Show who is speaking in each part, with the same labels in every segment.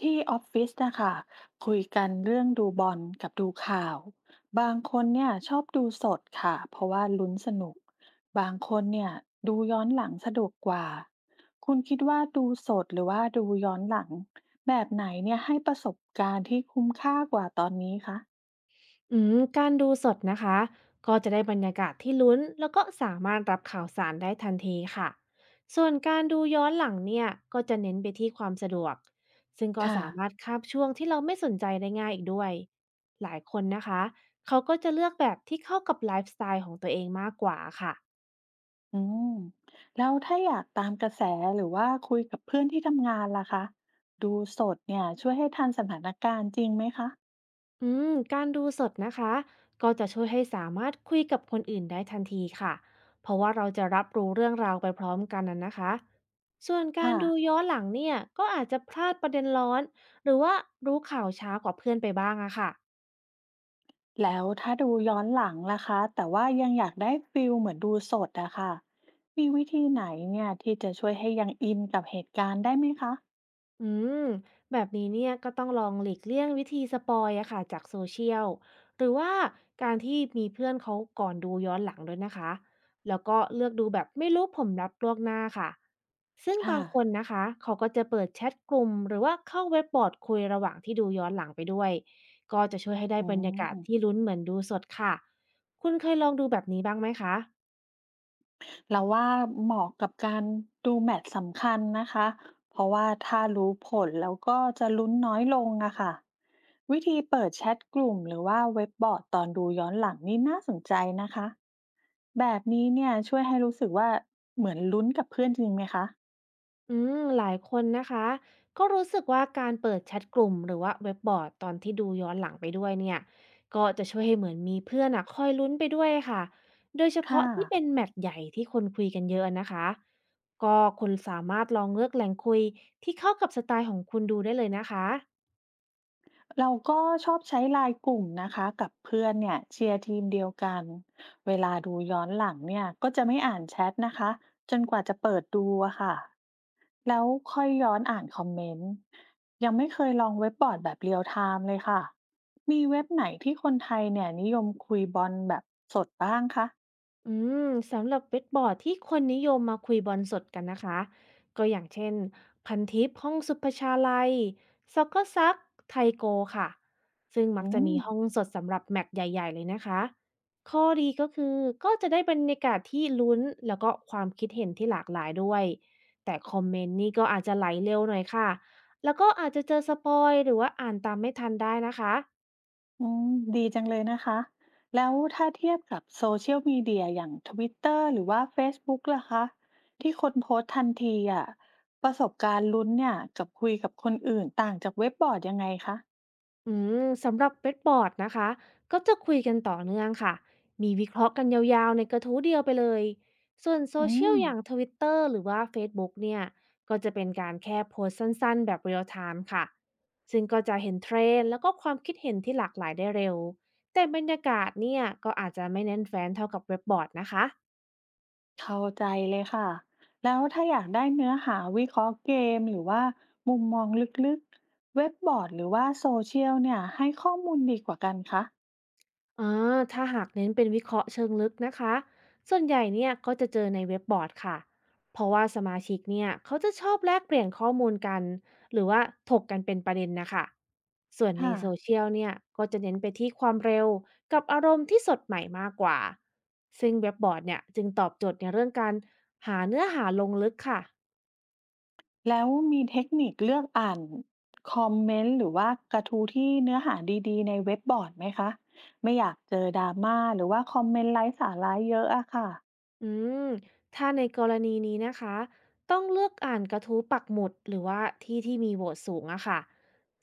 Speaker 1: ที่ออฟฟิศนะคะคุยกันเรื่องดูบอลกับดูข่าวบางคนเนี่ยชอบดูสดค่ะเพราะว่าลุ้นสนุกบางคนเนี่ยดูย้อนหลังสะดวกกว่าคุณคิดว่าดูสดหรือว่าดูย้อนหลังแบบไหนเนี่ยให้ประสบการณ์ที่คุ้มค่ากว่าตอนนี้คะ
Speaker 2: อืมการดูสดนะคะก็จะได้บรรยากาศที่ลุ้นแล้วก็สามารถรับข่าวสารได้ทันทีค่ะส่วนการดูย้อนหลังเนี่ยก็จะเน้นไปที่ความสะดวกซึ่งก็
Speaker 1: ค่ะ
Speaker 2: สามารถคาบช่วงที่เราไม่สนใจได้ง่ายอีกด้วยหลายคนนะคะเขาก็จะเลือกแบบที่เข้ากับไลฟ์สไตล์ของตัวเองมากกว่าค่ะ
Speaker 1: อืมแล้วถ้าอยากตามกระแสหรือว่าคุยกับเพื่อนที่ทำงานล่ะคะดูสดเนี่ยช่วยให้ทันสถานการณ์จริงไหมคะ
Speaker 2: อืมการดูสดนะคะก็จะช่วยให้สามารถคุยกับคนอื่นได้ทันทีค่ะเพราะว่าเราจะรับรู้เรื่องราวไปพร้อมกันนะคะส่วนการ
Speaker 1: ค่ะ
Speaker 2: ดูย้อนหลังเนี่ยก็อาจจะพลาดประเด็นร้อนหรือว่ารู้ข่าวช้ากว่าเพื่อนไปบ้างอะค่ะ
Speaker 1: แล้วถ้าดูย้อนหลังล่ะคะแต่ว่ายังอยากได้ฟิลเหมือนดูสดอะค่ะมีวิธีไหนเนี่ยที่จะช่วยให้ยังอินกับเหตุการณ์ได้ไหมคะ
Speaker 2: อืมแบบนี้เนี่ยก็ต้องลองหลีกเลี่ยงวิธีสปอยอะค่ะจากโซเชียลหรือว่าการที่มีเพื่อนเขาก่อนดูย้อนหลังด้วยนะคะแล้วก็เลือกดูแบบไม่รู้ผมรับล่วงหน้าค่ะซึ่ง
Speaker 1: ค่ะ
Speaker 2: บางคนนะคะเขาก็จะเปิดแชทกลุ่มหรือว่าเข้าเว็บบอร์ดคุยระหว่างที่ดูย้อนหลังไปด้วยก็จะช่วยให้ได้
Speaker 1: อื
Speaker 2: บรรยากาศที่
Speaker 1: ม
Speaker 2: ลุ้นเหมือนดูสดค่ะคุณเคยลองดูแบบนี้บ้างไหมคะ
Speaker 1: เราว่าเหมาะกับการดูแมตช์สำคัญนะคะเพราะว่าถ้ารู้ผลแล้วก็จะลุ้นน้อยลงอะค่ะวิธีเปิดแชทกลุ่มหรือว่าเว็บบอร์ดตอนดูย้อนหลังนี่น่าสนใจนะคะแบบนี้เนี่ยช่วยให้รู้สึกว่าเหมือนลุ้นกับเพื่อนจริงไหมคะ
Speaker 2: อืมหลายคนนะคะก็รู้สึกว่าการเปิดแชทกลุ่มหรือว่าเว็บบอร์ดตอนที่ดูย้อนหลังไปด้วยเนี่ยก็จะช่วยให้เหมือนมีเพื่อนอะคอยลุ้นไปด้วยค่ะโดยเฉพาะ
Speaker 1: ค่ะ
Speaker 2: ที่เป็นแมตช์ใหญ่ที่คนคุยกันเยอะนะคะก็คุณสามารถลองเลือกแหล่งคุยที่เข้ากับสไตล์ของคุณดูได้เลยนะคะ
Speaker 1: เราก็ชอบใช้ไลน์กลุ่มนะคะกับเพื่อนเนี่ยเชียร์ทีมเดียวกันเวลาดูย้อนหลังเนี่ยก็จะไม่อ่านแชทนะคะจนกว่าจะเปิดดูอะค่ะแล้วค่อยย้อนอ่านคอมเมนต์ยังไม่เคยลองเว็บบอร์ดแบบเรียลไทม์เลยค่ะมีเว็บไหนที่คนไทยเนี่ยนิยมคุยบอลแบบสดบ้างคะ
Speaker 2: อืมสำหรับเว็บบอร์ดที่คนนิยมมาคุยบอลสดกันนะคะก็อย่างเช่นพันทิปห้องสุภชาลัยซ็อกเกอร์ซักไทยโกค่ะซึ่งมัก
Speaker 1: อื
Speaker 2: จะ
Speaker 1: ม
Speaker 2: มีห้องสดสำหรับแมตช์ใหญ่ๆเลยนะคะข้อดีก็คือก็จะได้บรรยากาศที่ลุ้นแล้วก็ความคิดเห็นที่หลากหลายด้วยแต่คอมเมนต์นี่ก็อาจจะไหลเร็วหน่อยค่ะแล้วก็อาจจะเจอสปอยหรือว่าอ่านตามไม่ทันได้นะคะ
Speaker 1: อืมดีจังเลยนะคะแล้วถ้าเทียบกับโซเชียลมีเดียอย่าง Twitter หรือว่า Facebook ล่ะคะที่คนโพสต์ทันทีอ่ะประสบการณ์ลุ้นเนี่ยกับคุยกับคนอื่นต่างจากเว็บบอร์ดยังไงคะ
Speaker 2: อืมสำหรับเว็บบอร์ดนะคะก็จะคุยกันต่อเนื่องค่ะมีวิเคราะห์กันยาวๆในกระทู้เดียวไปเลยส่วนโซ
Speaker 1: อื
Speaker 2: เชียล
Speaker 1: ม
Speaker 2: อย่างทวิตเตอร์หรือว่าเฟซบุ๊กเนี่ยก็จะเป็นการแค่โพสต์สั้นๆแบบเรียลไทม์ค่ะซึ่งก็จะเห็นเทรนด์แล้วก็ความคิดเห็นที่หลากหลายได้เร็วแต่บรรยากาศเนี่ยก็อาจจะไม่แน่นแฟนเท่ากับเว็บบอร์ดนะคะ
Speaker 1: เข้าใจเลยค่ะแล้วถ้าอยากได้เนื้อหาวิเคราะห์เกมหรือว่ามุมมองลึกๆเว็บบอร์ดหรือว่าโซเชียลเนี่ยให้ข้อมูลดีกว่ากันคะ
Speaker 2: อ่าถ้าหากเน้นเป็นวิเคราะห์เชิงลึกนะคะส่วนใหญ่เนี่ยก็จะเจอในเว็บบอร์ดค่ะ เพราะว่าสมาชิกเนี่ยเขาจะชอบแลกเปลี่ยนข้อมูลกัน หรือว่าถกกันเป็นประเด็นนะคะ ส่วนใน
Speaker 1: ค่ะ
Speaker 2: โซเชียลเนี่ยก็จะเน้นไปที่ความเร็วกับอารมณ์ที่สดใหม่มากกว่าซึ่งเว็บบอร์ดเนี่ยจึงตอบโจทย์ในเรื่องการหาเนื้อหาลงลึกค่ะ
Speaker 1: แล้วมีเทคนิคเลือกอ่านคอมเมนต์หรือว่ากระทู้ที่เนื้อหาดีๆในเว็บบอร์ดไหมคะไม่อยากเจอดราม่าหรือว่าคอมเมนต์ไร้สาระเยอะอะค่ะ
Speaker 2: อืมถ้าในกรณีนี้นะคะต้องเลือกอ่านกระทู้ปักหมุดหรือว่าที่ที่มีโหวตสูงอะค่ะ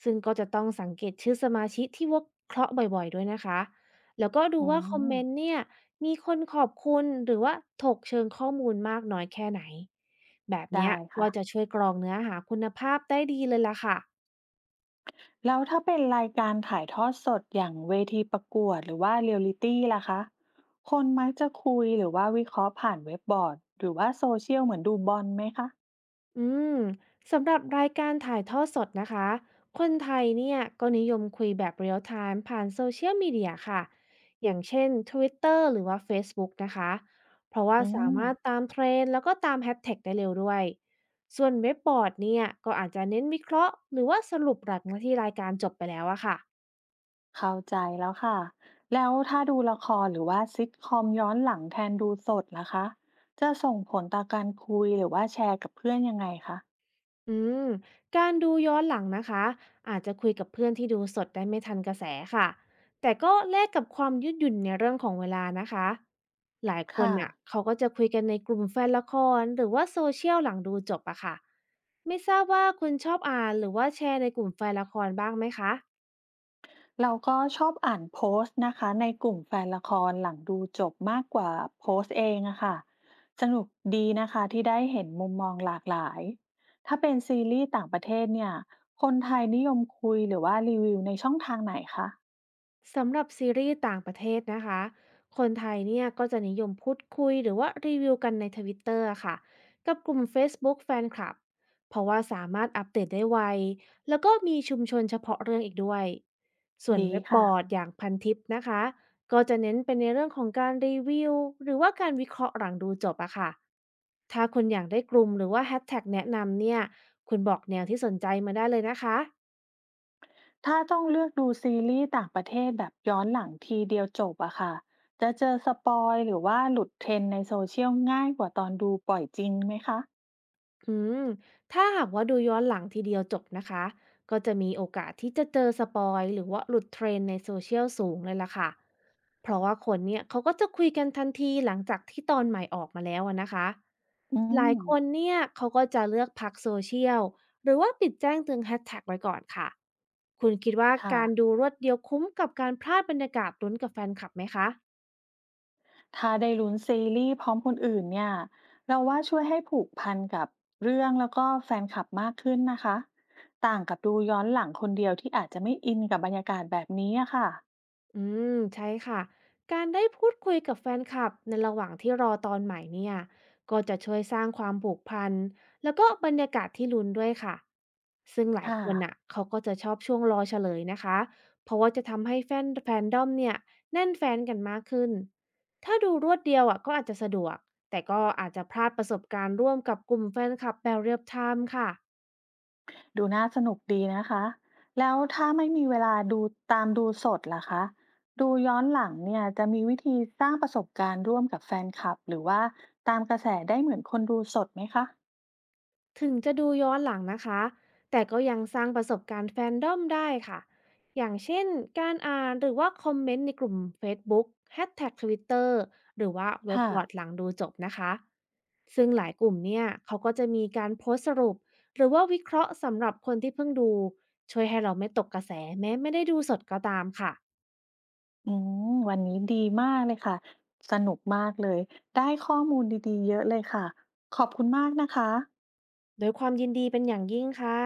Speaker 2: ซึ่งก็จะต้องสังเกตชื่อสมาชิกที่วกเคราะห์บ่อยๆด้วยนะคะแล้วก็ดู
Speaker 1: อื
Speaker 2: ว่าคอมเมนต์
Speaker 1: ม
Speaker 2: เนี่ยมีคนขอบคุณหรือว่าถกเชิงข้อมูลมากน้อยแค่ไหนแบบเนี้ย
Speaker 1: ได้
Speaker 2: ก็
Speaker 1: ค่ะ
Speaker 2: จะช่วยกรองเนื้อหาคุณภาพได้ดีเลยล่ะค่ะ
Speaker 1: แล้วถ้าเป็นรายการถ่ายทอดสดอย่างเวทีประกวดหรือว่าเรียลลิตีล่ะคะคนมักจะคุยหรือว่าวิเคราะห์ผ่านเว็บบอร์ดหรือว่าโซเชียลเหมือนดูบอลไหมคะ
Speaker 2: อืมสำหรับรายการถ่ายทอดสดนะคะ คนไทยเนี่ยก็นิยมคุยแบบเรียลไทม์ผ่านโซเชียลมีเดียค่ะ อย่างเช่น Twitter หรือว่า Facebook นะคะ เพราะว่า
Speaker 1: อื
Speaker 2: สา
Speaker 1: ม
Speaker 2: มารถตามเทรนด์แล้วก็ตามแฮชแท็กได้เร็วด้วย ส่วนเว็บบอร์ดเนี่ยก็อาจจะเน้นวิเคราะห์หรือว่าสรุปหลังที่รายการจบไปแล้วอะค่ะ
Speaker 1: เข้าใจแล้วค่ะ แล้วถ้าดูละครหรือว่าซิทคอมย้อนหลังแทนดูสดล่ะคะจะส่งผลต่อการคุยหรือว่าแชร์กับเพื่อนยังไงคะ
Speaker 2: อืมการดูย้อนหลังนะคะอาจจะคุยกับเพื่อนที่ดูสดได้ไม่ทันกระแสค่ะแต่ก็แลกกับความยืดหยุ่นในเรื่องของเวลานะคะหลายคน
Speaker 1: ค่ะ
Speaker 2: น่ะเขาก็จะคุยกันในกลุ่มแฟนละครหรือว่าโซเชียลหลังดูจบอะค่ะไม่ทราบว่าคุณชอบอ่านหรือว่าแชร์ในกลุ่มแฟนละครบ้างไหมคะ
Speaker 1: เราก็ชอบอ่านโพสต์นะคะในกลุ่มแฟนละครหลังดูจบมากกว่าโพสต์เองอะค่ะสนุกดีนะคะที่ได้เห็นมุมมองหลากหลายถ้าเป็นซีรีส์ต่างประเทศเนี่ยคนไทยนิยมคุยหรือว่ารีวิวในช่องทางไหนคะ
Speaker 2: สำหรับซีรีส์ต่างประเทศนะคะ คนไทยเนี่ยก็จะนิยมพูดคุยหรือว่ารีวิวกันในทวิตเตอร์ค่ะกับกลุ่ม Facebook Fan Club เพราะว่าสามารถอัปเดตได้ไวแล้วก็มีชุมชนเฉพาะเรื่องอีกด้วยส่วน
Speaker 1: ดี
Speaker 2: เว็บบ
Speaker 1: ค่ะ
Speaker 2: อร์ดอย่างพันทิปนะคะก็จะเน้นเป็นในเรื่องของการรีวิวหรือว่าการวิเคราะห์หลังดูจบอะค่ะถ้าคุณอยากได้กลุ่มหรือว่าแฮชแท็กแนะนำเนี่ยคุณบอกแนวที่สนใจมาได้เลยนะคะ
Speaker 1: ถ้าต้องเลือกดูซีรีส์ต่างประเทศแบบย้อนหลังทีเดียวจบอะค่ะจะเจอสปอยหรือว่าหลุดเทรนด์ในโซเชียลง่ายกว่าตอนดูปล่อยจริงไหมคะ
Speaker 2: อืมถ้าหากว่าดูย้อนหลังทีเดียวจบนะคะก็จะมีโอกาสที่จะเจอสปอยหรือว่าหลุดเทรนด์ในโซเชียลสูงเลยล่ะค่ะเพราะว่าคนเนี่ยเขาก็จะคุยกันทันทีหลังจากที่ตอนใหม่ออกมาแล้วอะนะคะ
Speaker 1: อื
Speaker 2: หลาย
Speaker 1: ม
Speaker 2: คนเนี่ยเขาก็จะเลือกพักโซเชียลหรือว่าปิดแจ้งเตือนแฮชแท็กไว้ก่อนค่ะคุณคิดว่า
Speaker 1: ค่ะ
Speaker 2: การดูรวดเดียวคุ้มกับการพลาดบรรยากาศลุ้นกับแฟนคลับไหมคะ
Speaker 1: ถ้าได้ลุ้นซีรีส์พร้อมคนอื่นเนี่ยเราว่าช่วยให้ผูกพันกับเรื่องแล้วก็แฟนคลับมากขึ้นนะคะ ต่างกับดูย้อนหลังคนเดียวที่อาจจะไม่อินกับบรรยากาศแบบนี้อะค่ะ
Speaker 2: อืมใช่ค่ะ การได้พูดคุยกับแฟนคลับในระหว่างที่รอตอนใหม่เนี่ย ก็จะช่วยสร้างความผูกพันแล้วก็บรรยากาศที่ลุ้นด้วยค่ะ ซึ่งหลาย
Speaker 1: ค่ะ
Speaker 2: คนอ่ะเขาก็จะชอบช่วงรอเฉลยนะคะ เพราะว่าจะทำให้แฟนดอมเนี่ยแน่นแฟนกันมากขึ้น ถ้าดูรวดเดียวอ่ะก็อาจจะสะดวก แต่ก็อาจจะพลาดประสบการณ์ร่วมกับกลุ่มแฟนคลับแบบเรียลไทม์ค่ะ
Speaker 1: ดูน่าสนุกดีนะคะ แล้วถ้าไม่มีเวลาดูตามดูสดล่ะคะ ดูย้อนหลังเนี่ยจะมีวิธีสร้างประสบการณ์ร่วมกับแฟนคลับหรือว่าตามกระแสได้เหมือนคนดูสดไหมคะ
Speaker 2: ถึงจะดูย้อนหลังนะคะแต่ก็ยังสร้างประสบการณ์แฟนดอมได้ค่ะอย่างเช่นการอ่านหรือว่าคอมเมนต์ในกลุ่ม Facebook แฮชแท็ก Twitter หรือว่าเว็บ
Speaker 1: ค่ะ
Speaker 2: บอร์ดหลังดูจบนะคะ ซึ่งหลายกลุ่มเนี่ยเขาก็จะมีการโพสต์สรุปหรือว่าวิเคราะห์สำหรับคนที่เพิ่งดูช่วยให้เราไม่ตกกระแสแม้ไม่ได้ดูสดก็ตามค่ะ
Speaker 1: อืวันนี้ดีมากเลยค่ะ สนุกมากเลย ได้ข้อมูลดีๆเยอะเลยค่ะ ขอบคุณมากนะคะ
Speaker 2: โดวยความยินดีเป็นอย่างยิ่งค่ะ